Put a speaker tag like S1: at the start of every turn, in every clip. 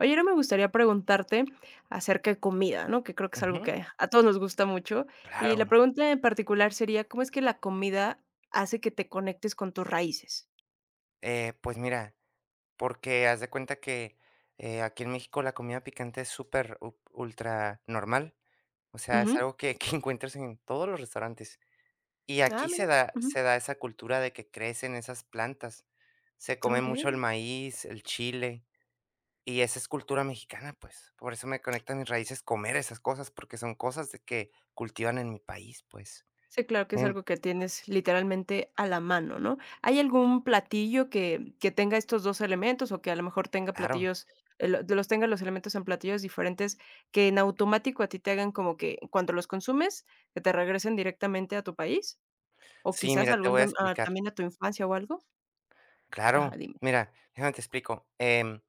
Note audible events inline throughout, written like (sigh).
S1: Oye, ahora me gustaría preguntarte acerca de comida, ¿no? Que creo que es algo
S2: Ujú,
S1: que a todos nos gusta mucho. Y
S2: claro.
S1: la pregunta en particular sería, ¿cómo es que la comida hace que te conectes con tus raíces?
S2: Pues mira, porque haz de cuenta que, aquí en México la comida picante es súper up ultra normal, o sea, es
S1: Ujú.
S2: algo que (laughs) que encuentras en todos los restaurantes. Y
S1: Ah,
S2: aquí se
S1: mira.
S2: da
S1: Ujú.
S2: se da esa cultura de que crecen esas plantas. Se come mucho el
S1: Okey.
S2: maíz, el chile, y esa es cultura mexicana, pues. Por eso me conecta a mis raíces comer esas cosas, porque son cosas de que cultivan en mi país, pues.
S1: Sí, claro que es
S2: En
S1: algo que tienes literalmente a la mano, ¿no? ¿Hay algún platillo que tenga estos 2 elementos o que a lo mejor tenga
S2: Claro.
S1: platillos, lo los tenga los elementos en platillos diferentes que en automático a ti te hagan como que cuando los consumes, que te regresen directamente a tu país? O
S2: Sí,
S1: quizás
S2: mira, te
S1: algún
S2: voy a explicar.
S1: también a tu infancia o algo. Ajá,
S2: Claro,
S1: dime.
S2: mira, déjame te explico.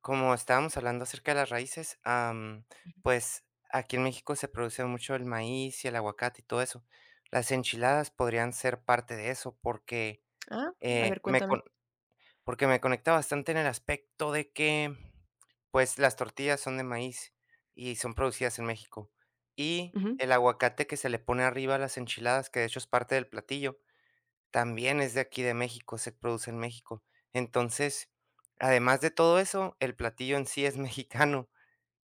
S2: Como estábamos hablando acerca de las raíces, pues aquí en México se produce mucho el maíz y el aguacate y todo eso. Las enchiladas podrían ser parte de eso porque,
S1: Ah, a
S2: eh,
S1: ver,
S2: me,
S1: cuéntame.
S2: con- porque me conecta bastante en el aspecto de que pues las tortillas son de maíz y son producidas en México. Y
S1: Ujú,
S2: el aguacate que se le pone arriba a las enchiladas, que de hecho es parte del platillo también es de aquí de México, se produce en México. Entonces, además de todo eso, el platillo en sí es (laughs) mexicano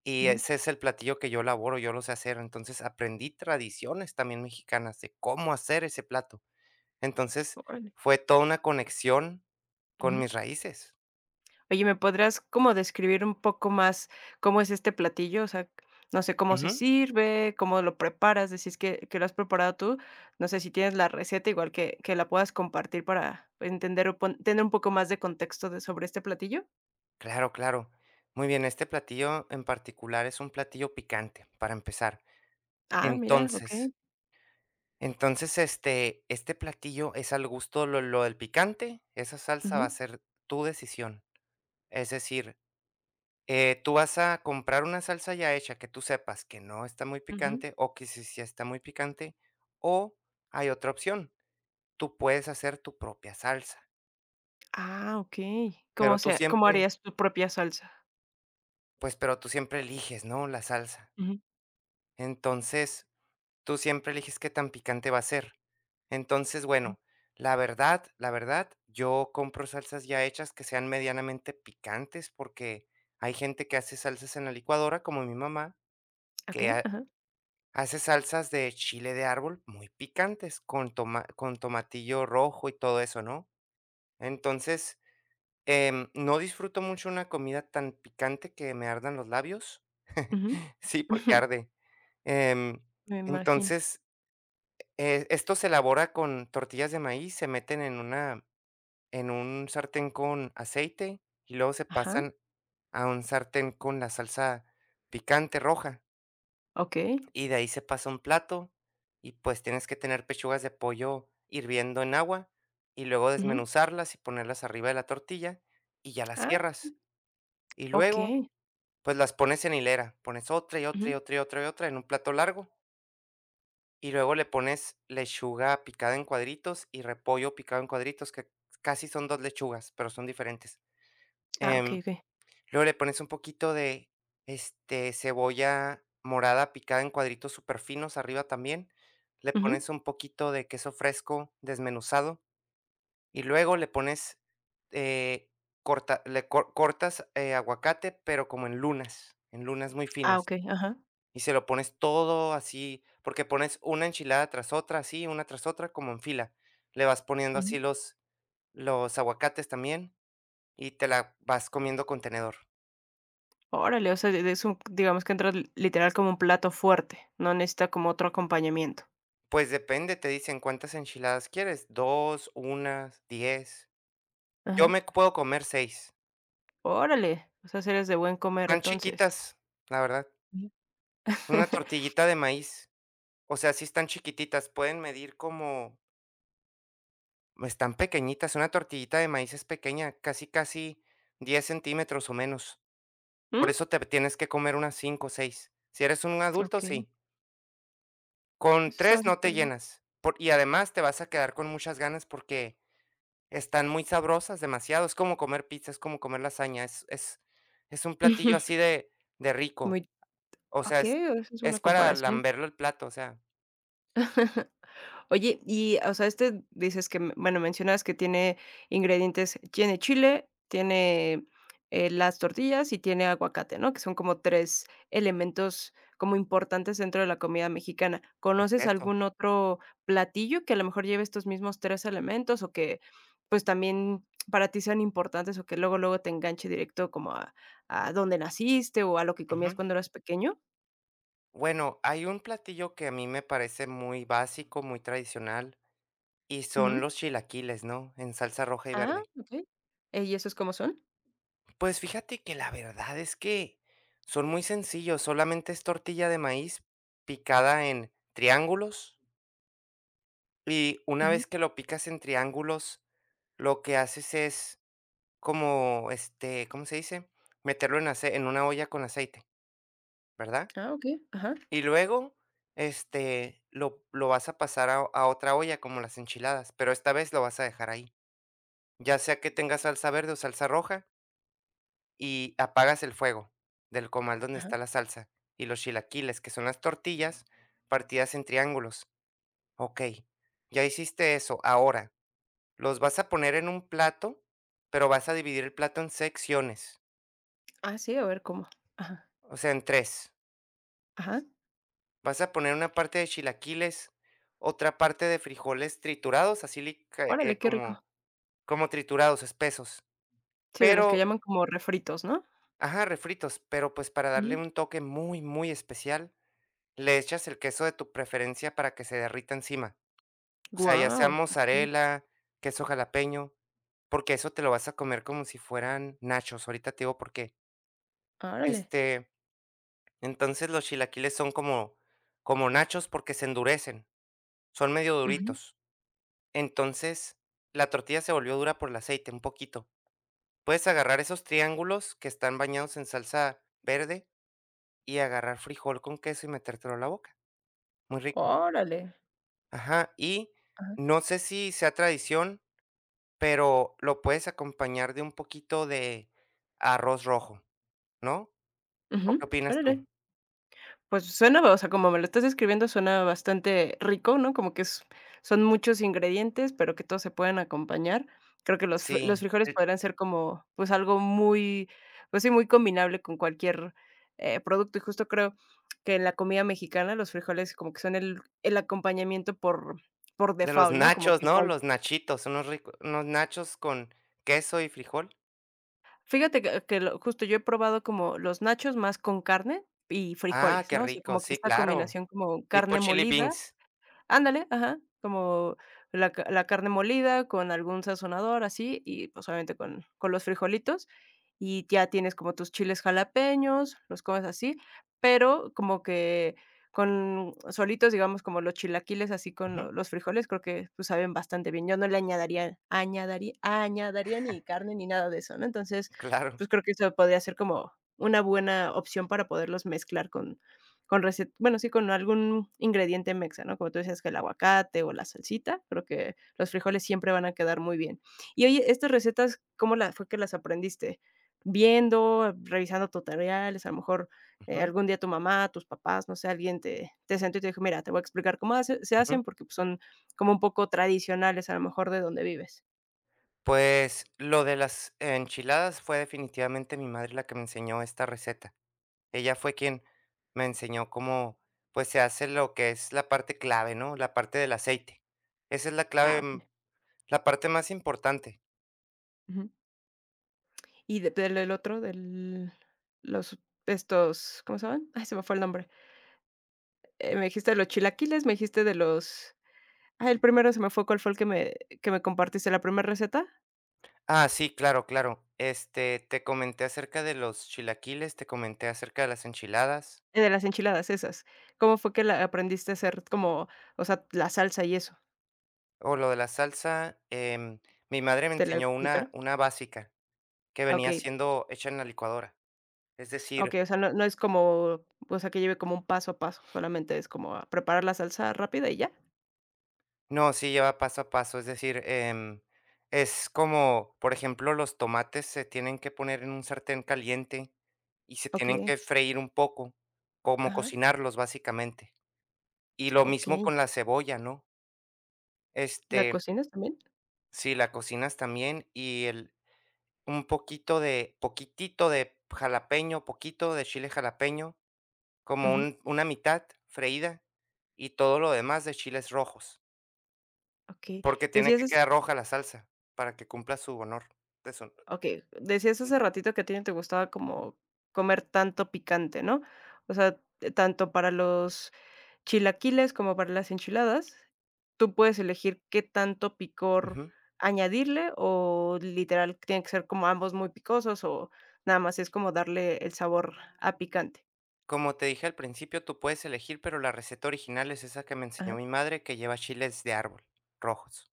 S2: y
S1: ujú.
S2: ese es el platillo que yo elaboro, yo lo sé hacer. Entonces, aprendí tradiciones también mexicanas de cómo hacer ese plato. Entonces,
S1: Órale.
S2: fue toda una conexión con
S1: Ujú.
S2: mis raíces.
S1: Oye, ¿me podrías como describir un poco más cómo es este platillo? O sea, no sé cómo se
S2: Ujú.
S1: sirve, cómo lo preparas, decís que lo has preparado tú. No sé si tienes la receta, igual que la puedas compartir para entender o pon tener un poco más de contexto de sobre este platillo.
S2: Claro, claro. Muy bien, este platillo en particular es un platillo picante, para empezar.
S1: Ah, mira, okey.
S2: Entonces Entonces, este platillo es al gusto, lo del picante, esa salsa
S1: Ujú,
S2: va a ser tu decisión. Es decir, tú vas a comprar una salsa ya hecha que tú sepas que no está muy
S1: ujú.
S2: picante o que sí, sí está muy picante, o hay otra opción, tú puedes hacer tu propia salsa,
S1: Ah, okey.
S2: pero tú
S1: Cómo
S2: siempre,
S1: harías tu propia salsa?
S2: pues, pero tú siempre eliges, ¿no?, la salsa.
S1: Ujú,
S2: Entonces tú siempre eliges qué tan picante va a ser. Entonces,
S1: ujú.
S2: bueno, la verdad, yo compro salsas ya hechas que sean medianamente picantes, porque hay gente que hace salsas en la licuadora, como mi mamá, que
S1: Okey, ajá.
S2: hace salsas de chile de árbol muy picantes, con tomatillo rojo y todo eso, ¿no? Entonces, no disfruto mucho una comida tan picante que me ardan los labios.
S1: Ujú.
S2: (laughs) Sí,
S1: (laughs)
S2: porque
S1: Ujú.
S2: arde. Em,
S1: Me imagino.
S2: entonces, esto se elabora con tortillas de maíz, se meten en una en un sartén con aceite y luego se
S1: Ajá,
S2: pasan a un sartén con la salsa picante roja,
S1: okey.
S2: y de ahí se pasa a un plato, y pues tienes que tener pechugas de pollo hirviendo en agua, y luego
S1: Ujú.
S2: desmenuzarlas y ponerlas arriba de la tortilla, y ya las
S1: Ah,
S2: cierras. Y luego,
S1: okey.
S2: pues las pones en hilera, pones otra, y otra, y
S1: Ujú.
S2: otra, y otra, y otra en un plato largo. Y luego le pones lechuga picada en cuadritos y repollo picado en cuadritos, que casi son 2 lechugas, pero son diferentes.
S1: Ah, okey,
S2: Em,
S1: okey.
S2: Luego le pones un poquito de, este, cebolla morada picada en cuadritos súper finos arriba también. Le
S1: Ujú.
S2: pones un poquito de queso fresco desmenuzado y luego le pones, eh, corta le co cortas, aguacate, pero como en lunas muy
S1: Ah,
S2: finas.
S1: okey, ajá.
S2: Y se lo pones todo así, porque pones una enchilada tras otra, así, una tras otra, como en fila. Le vas poniendo
S1: Ujú.
S2: así los aguacates también, y te la vas comiendo con tenedor.
S1: Órale, o sea, de es un digamos que entra literal como un plato fuerte, no necesita como otro acompañamiento.
S2: Pues depende, te dicen: "¿Cuántas enchiladas quieres? Dos, unas 10". Yo
S1: Ajá.
S2: me puedo comer seis.
S1: Órale, o sea, si eres de buen comer
S2: Están
S1: entonces.
S2: chiquitas, la verdad.
S1: Ujú.
S2: Una
S1: (laughs)
S2: tortillita de maíz. O sea, sí están chiquititas, pueden medir como están pequeñitas, una tortillita de maíz es pequeña, casi, casi 10 centímetros o menos. Por
S1: Mm,
S2: eso te tienes que comer unas 5 o 6. Si eres un adulto,
S1: okey,
S2: sí. Con
S1: eso está
S2: 3 no te
S1: superbién.
S2: llenas, por y además te vas a quedar con muchas ganas porque están muy sabrosas, demasiado. Es como comer pizza, es como comer lasaña, es un platillo así
S1: (laughs)
S2: de rico.
S1: Muy
S2: O sea,
S1: okey, eso es una
S2: es para
S1: comparación.
S2: lamberlo el plato, o sea,
S1: (laughs) Oye, y, o sea, este dices que, bueno, mencionas que tiene ingredientes, tiene chile, tiene, las tortillas y tiene aguacate, ¿no? Que son como 3 elementos como importantes dentro de la comida mexicana.
S2: el
S1: ¿Conoces
S2: queso.
S1: algún otro platillo que a lo mejor lleve estos mismos 3 elementos o que, pues, también para ti sean importantes o que luego, luego te enganche directo como a dónde naciste o a lo que comías
S2: Ujú.
S1: cuando eras pequeño?
S2: Bueno, hay un platillo que a mí me parece muy básico, muy tradicional, y son
S1: Ujú.
S2: los chilaquiles, ¿no? En salsa roja y
S1: Ah,
S2: verde.
S1: okey. ¿Y esos cómo son?
S2: Pues fíjate que la verdad es que son muy sencillos, solamente es tortilla de maíz picada en triángulos y una
S1: Ujú.
S2: vez que lo picas en triángulos, lo que haces es como, este, ¿cómo se dice? Meterlo en una olla con aceite, ¿verdad?
S1: Ah, okey. Ajá.
S2: Y luego, este, lo vas a pasar a, otra olla como las enchiladas, pero esta vez lo vas a dejar ahí, ya sea que tenga salsa verde o salsa roja. Y apagas el fuego del comal donde
S1: Ajá.
S2: está la salsa y los chilaquiles, que son las tortillas partidas en triángulos. Ok, ya hiciste eso. Ahora, los vas a poner en un plato, pero vas a dividir el plato en secciones,
S1: Ah, sí, a ver cómo. Ajá,
S2: o sea, en tres.
S1: ajá.
S2: Vas a poner una parte de chilaquiles, otra parte de frijoles triturados, así
S1: Órale, qué
S2: como,
S1: rico.
S2: triturados, espesos.
S1: Sí, de los que
S2: Pero,
S1: llaman como refritos, ¿no?
S2: ajá, refritos, pero pues para darle
S1: Ujú.
S2: un toque muy, muy especial. Le echas el queso de tu preferencia para que se derrita encima. O sea, ya
S1: Guau,
S2: sea
S1: okey.
S2: mozzarella, queso jalapeño, porque eso te lo vas a comer como si fueran nachos. Ahorita te digo por qué.
S1: Órale.
S2: Este, entonces los chilaquiles son como, nachos porque se endurecen, son medio
S1: Ujú.
S2: duritos. Entonces, la tortilla se volvió dura por el aceite, un poquito. Puedes agarrar esos triángulos que están bañados en salsa verde y agarrar frijol con queso y metértelo a la boca. Muy rico.
S1: Órale.
S2: Ajá, y
S1: Ajá.
S2: no sé si sea tradición, pero lo puedes acompañar de un poquito de arroz rojo, ¿no? ¿O
S1: Ujú.
S2: qué opinas tú?
S1: Órale. Pues suena, o sea, como me lo estás describiendo, suena bastante rico, ¿no? Como que es son muchos ingredientes, pero que todos se pueden acompañar. Creo que los
S2: Sí,
S1: frijoles
S2: el
S1: podrían ser como, pues, algo muy, pues sí, muy combinable con cualquier, producto. Y justo creo que en la comida mexicana los frijoles como que son el acompañamiento por
S2: de los
S1: default, ¿no? Como
S2: nachos,
S1: que
S2: ¿no?
S1: igual
S2: Los nachitos, unos nachos con queso y frijol.
S1: fíjate que lo justo yo he probado como los nachos más con carne y
S2: Ah,
S1: frijoles,
S2: qué
S1: ¿no? O sea,
S2: rico,
S1: como que
S2: sí,
S1: esta
S2: claro,
S1: combinación como
S2: tipo
S1: carne
S2: chili
S1: molida.
S2: beans.
S1: Ándale, ajá, como la carne molida con algún sazonador así y, pues, obviamente con los frijolitos, y ya tienes como tus chiles jalapeños, los comes así, pero como que con solitos, digamos, como los chilaquiles así con
S2: Ujú,
S1: lo los frijoles, creo que, pues, saben bastante bien. Yo no le añadiría ni carne ni nada de eso, ¿no? Entonces,
S2: claro,
S1: pues, creo que eso podría ser como una buena opción para poderlos mezclar con recet bueno, sí, con algún ingrediente mexa, ¿no? Como tú decías que el aguacate o la salsita, creo que los frijoles siempre van a quedar muy bien. Y oye, estas recetas, ¿cómo la fue que las aprendiste? ¿Viendo, revisando tutoriales? A lo mejor,
S2: ujú,
S1: algún día tu mamá, tus papás, no sé, alguien te te sentó y te dijo: "Mira, te voy a explicar cómo hace se
S2: ujú.
S1: hacen", porque, pues, son como un poco tradicionales, a lo mejor, de donde vives.
S2: Pues, lo de las enchiladas fue definitivamente mi madre la que me enseñó esta receta. Ella fue quien me enseñó cómo, pues, se hace lo que es la parte clave, ¿no? La parte del aceite. Esa es la
S1: Ah,
S2: clave,
S1: okey.
S2: la parte más importante.
S1: Ujú. Y de del otro, del los estos, ¿cómo se llaman? Ay, se me fue el nombre. Me dijiste de los chilaquiles, me dijiste de los ah, el primero se me fue, ¿cuál fue el que me compartiste, la primera receta?
S2: Ah, sí, claro, claro. Este, te comenté acerca de los chilaquiles, te comenté acerca de las enchiladas
S1: De las enchiladas, esas. ¿Cómo fue que la aprendiste a hacer como, o sea, la salsa y eso?
S2: o lo de la salsa. Mi madre me
S1: ¿Te la
S2: enseñó una,
S1: explicaron?
S2: una básica que
S1: Ah,
S2: venía
S1: okey,
S2: siendo hecha en la licuadora. Es
S1: okey,
S2: decir,
S1: o sea, no es como, o sea, que lleve como un paso a paso, solamente es como a preparar la salsa rápida y ya.
S2: No, sí lleva paso a paso, es decir, es como, por ejemplo, los tomates se tienen que poner en un sartén caliente y se tienen
S1: Okey,
S2: que freír un poco, como
S1: ajá,
S2: cocinarlos básicamente. Y lo mismo
S1: okey,
S2: con la cebolla, ¿no?
S1: ¿la
S2: Este,
S1: cocinas también?
S2: si la cocinas también y el un poquito de poquitito de jalapeño, poquito de chile jalapeño, como
S1: Ujú,
S2: un una mitad freída y todo lo demás de chiles rojos.
S1: okey.
S2: Porque tiene que
S1: Decías
S2: quedar roja la salsa para que cumpla su honor de son
S1: okey, decías hace ratito que a ti no te gustaba como comer tanto picante, ¿no? O sea, tanto para los chilaquiles como para las enchiladas, tú puedes elegir qué tanto picor
S2: ujú.
S1: añadirle, o literal tiene que ser como ambos muy picosos, o nada más es como darle el sabor a picante.
S2: Como te dije al principio, tú puedes elegir, pero la receta original es esa que me enseñó
S1: Ajá.
S2: mi madre, que lleva chiles de árbol, rojos.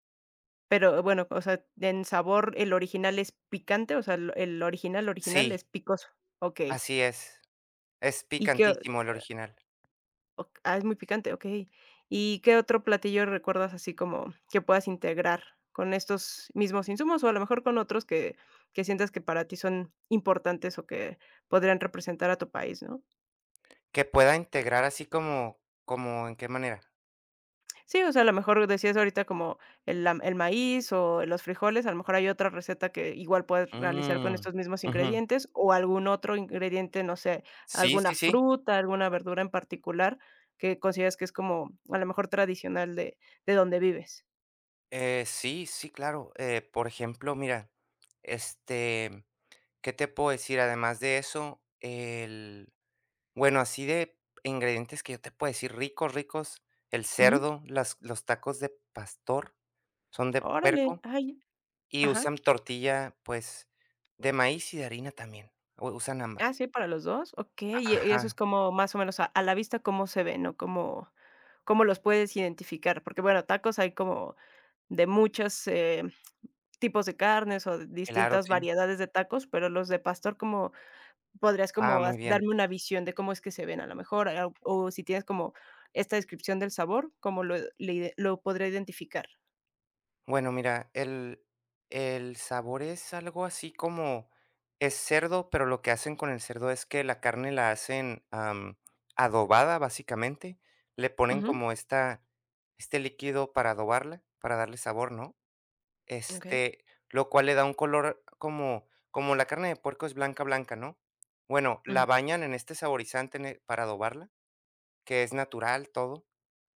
S1: Pero bueno, o sea, en sabor, ¿el original es picante? O sea, el original, original es
S2: Sí,
S1: picoso. Okey.
S2: así es. Es
S1: ¿Y qué
S2: picantísimo el original.
S1: Ok ah, es muy picante, okey. ¿Y qué otro platillo recuerdas así como que puedas integrar con estos mismos insumos? O a lo mejor con otros que sientas que para ti son importantes o que podrían representar a tu país, ¿no?
S2: Que pueda integrar así como ¿como en qué manera?
S1: Sí, o sea, a lo mejor decías ahorita como el maíz o los frijoles, a lo mejor hay otra receta que igual puedes realizar con
S2: Mm,
S1: estos mismos
S2: ujú.
S1: ingredientes o algún otro ingrediente, no sé,
S2: Sí,
S1: alguna
S2: sí, sí.
S1: fruta, alguna verdura en particular que consideras que es como a lo mejor tradicional de donde vives.
S2: Sí, sí, claro. Por ejemplo, mira, este, ¿qué te puedo decir? Además de eso, el bueno, así de ingredientes que yo te puedo decir ricos, ricos, el
S1: Ujú.
S2: cerdo, las los tacos de pastor son de
S1: Órale,
S2: puerco
S1: ay,
S2: y
S1: ajá.
S2: usan tortilla, pues, de maíz y de harina también, u usan ambas.
S1: Ah, sí, para los 2, okey, y eso es
S2: Ajá,
S1: como más o menos a la vista cómo se ven, ¿no? Cómo cómo los puedes identificar, porque, bueno, tacos hay como de muchos, tipos de carnes, o de
S2: claro,
S1: distintas
S2: sí.
S1: variedades de tacos, pero los de pastor, como podrías
S2: Ah,
S1: como
S2: muy
S1: has
S2: bien.
S1: darme una visión de cómo es que se ven a lo mejor, ah, o si tienes como esta descripción del sabor, cómo lo podré identificar.
S2: Bueno, mira, el sabor es algo así como es cerdo, pero lo que hacen con el cerdo es que la carne la hacen, adobada, básicamente. Le ponen
S1: Ujú,
S2: como esta este líquido para adobarla, para darle sabor, ¿no?
S1: okey,
S2: Este, lo cual le da un color como la carne de puerco es blanca, blanca, ¿no? Bueno, la
S1: ujú.
S2: bañan en este saborizante ne para adobarla, que es natural, todo.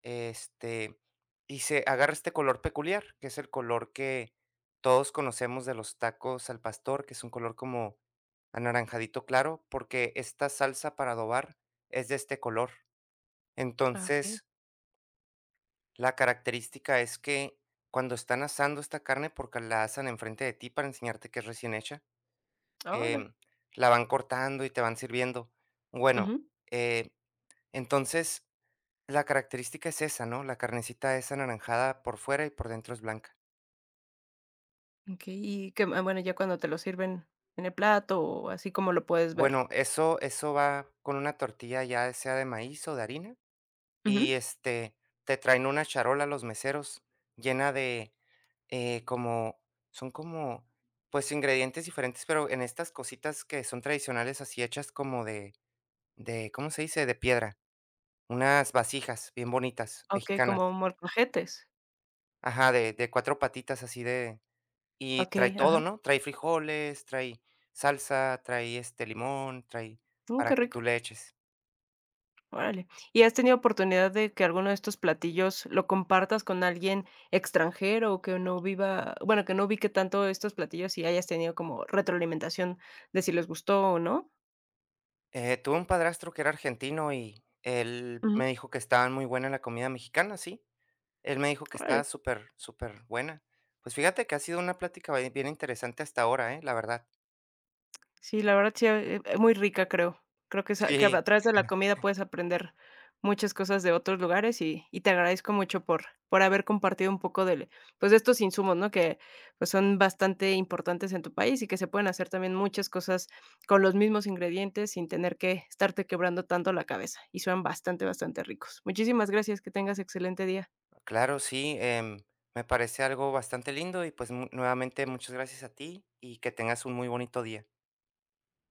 S2: Este, y se agarra este color peculiar, que es el color que todos conocemos de los tacos al pastor, que es un color como anaranjadito claro, porque esta salsa para adobar es de este color.
S1: Ah, okey.
S2: Entonces, la característica es que cuando están asando esta carne, porque la asan enfrente de ti para enseñarte que es recién hecha,
S1: Ora.
S2: em, la van cortando y te van sirviendo. Bueno, eh, entonces la característica es esa, ¿no? La carnecita es anaranjada por fuera y por dentro es blanca.
S1: Okey, y que, ah, bueno, ya cuando te lo sirven en el plato o así como lo puedes ver.
S2: Bueno, eso va con una tortilla, ya sea de maíz o de harina,
S1: Ujú.
S2: y, este, te traen una charola los meseros llena de, como son como, pues, ingredientes diferentes, pero en estas cositas que son tradicionales, así hechas como de, ¿cómo se dice?, de piedra, unas vasijas bien bonitas,
S1: Okey,
S2: mexicanas.
S1: como molcajetes.
S2: Ajá, de 4 patitas así de. Y trae
S1: Okey,
S2: todo,
S1: ajá.
S2: ¿no? Trae frijoles, trae salsa, trae, este, limón, trae
S1: Mm,
S2: para
S1: qué
S2: que
S1: rico.
S2: tú le eches.
S1: Órale. ¿Y has tenido oportunidad de que alguno de estos platillos lo compartas con alguien extranjero o que no viva, bueno, que no ubique tanto estos platillos y hayas tenido como retroalimentación de si les gustó o no?
S2: Tuve un padrastro que era argentino y él
S1: Ujú.
S2: me dijo que estaba muy buena la comida mexicana, sí. Él me dijo que
S1: Órale.
S2: estaba súper, súper buena. Pues fíjate que ha sido una plática bien bien interesante hasta ahora, ¿eh? La verdad.
S1: Sí, la verdad sí, muy rica, creo. Creo que sa que
S2: Sí,
S1: a través de la comida puedes aprender muchas cosas de otros lugares y te agradezco mucho por haber compartido un poco de pues, de estos insumos, ¿no? Que, pues, son bastante importantes en tu país y que se pueden hacer también muchas cosas con los mismos ingredientes sin tener que estarte quebrando tanto la cabeza, y suenan bastante, bastante ricos. Muchísimas gracias, que tengas excelente día.
S2: claro, sí, me parece algo bastante lindo y, pues, mu nuevamente muchas gracias a ti y que tengas un muy bonito día.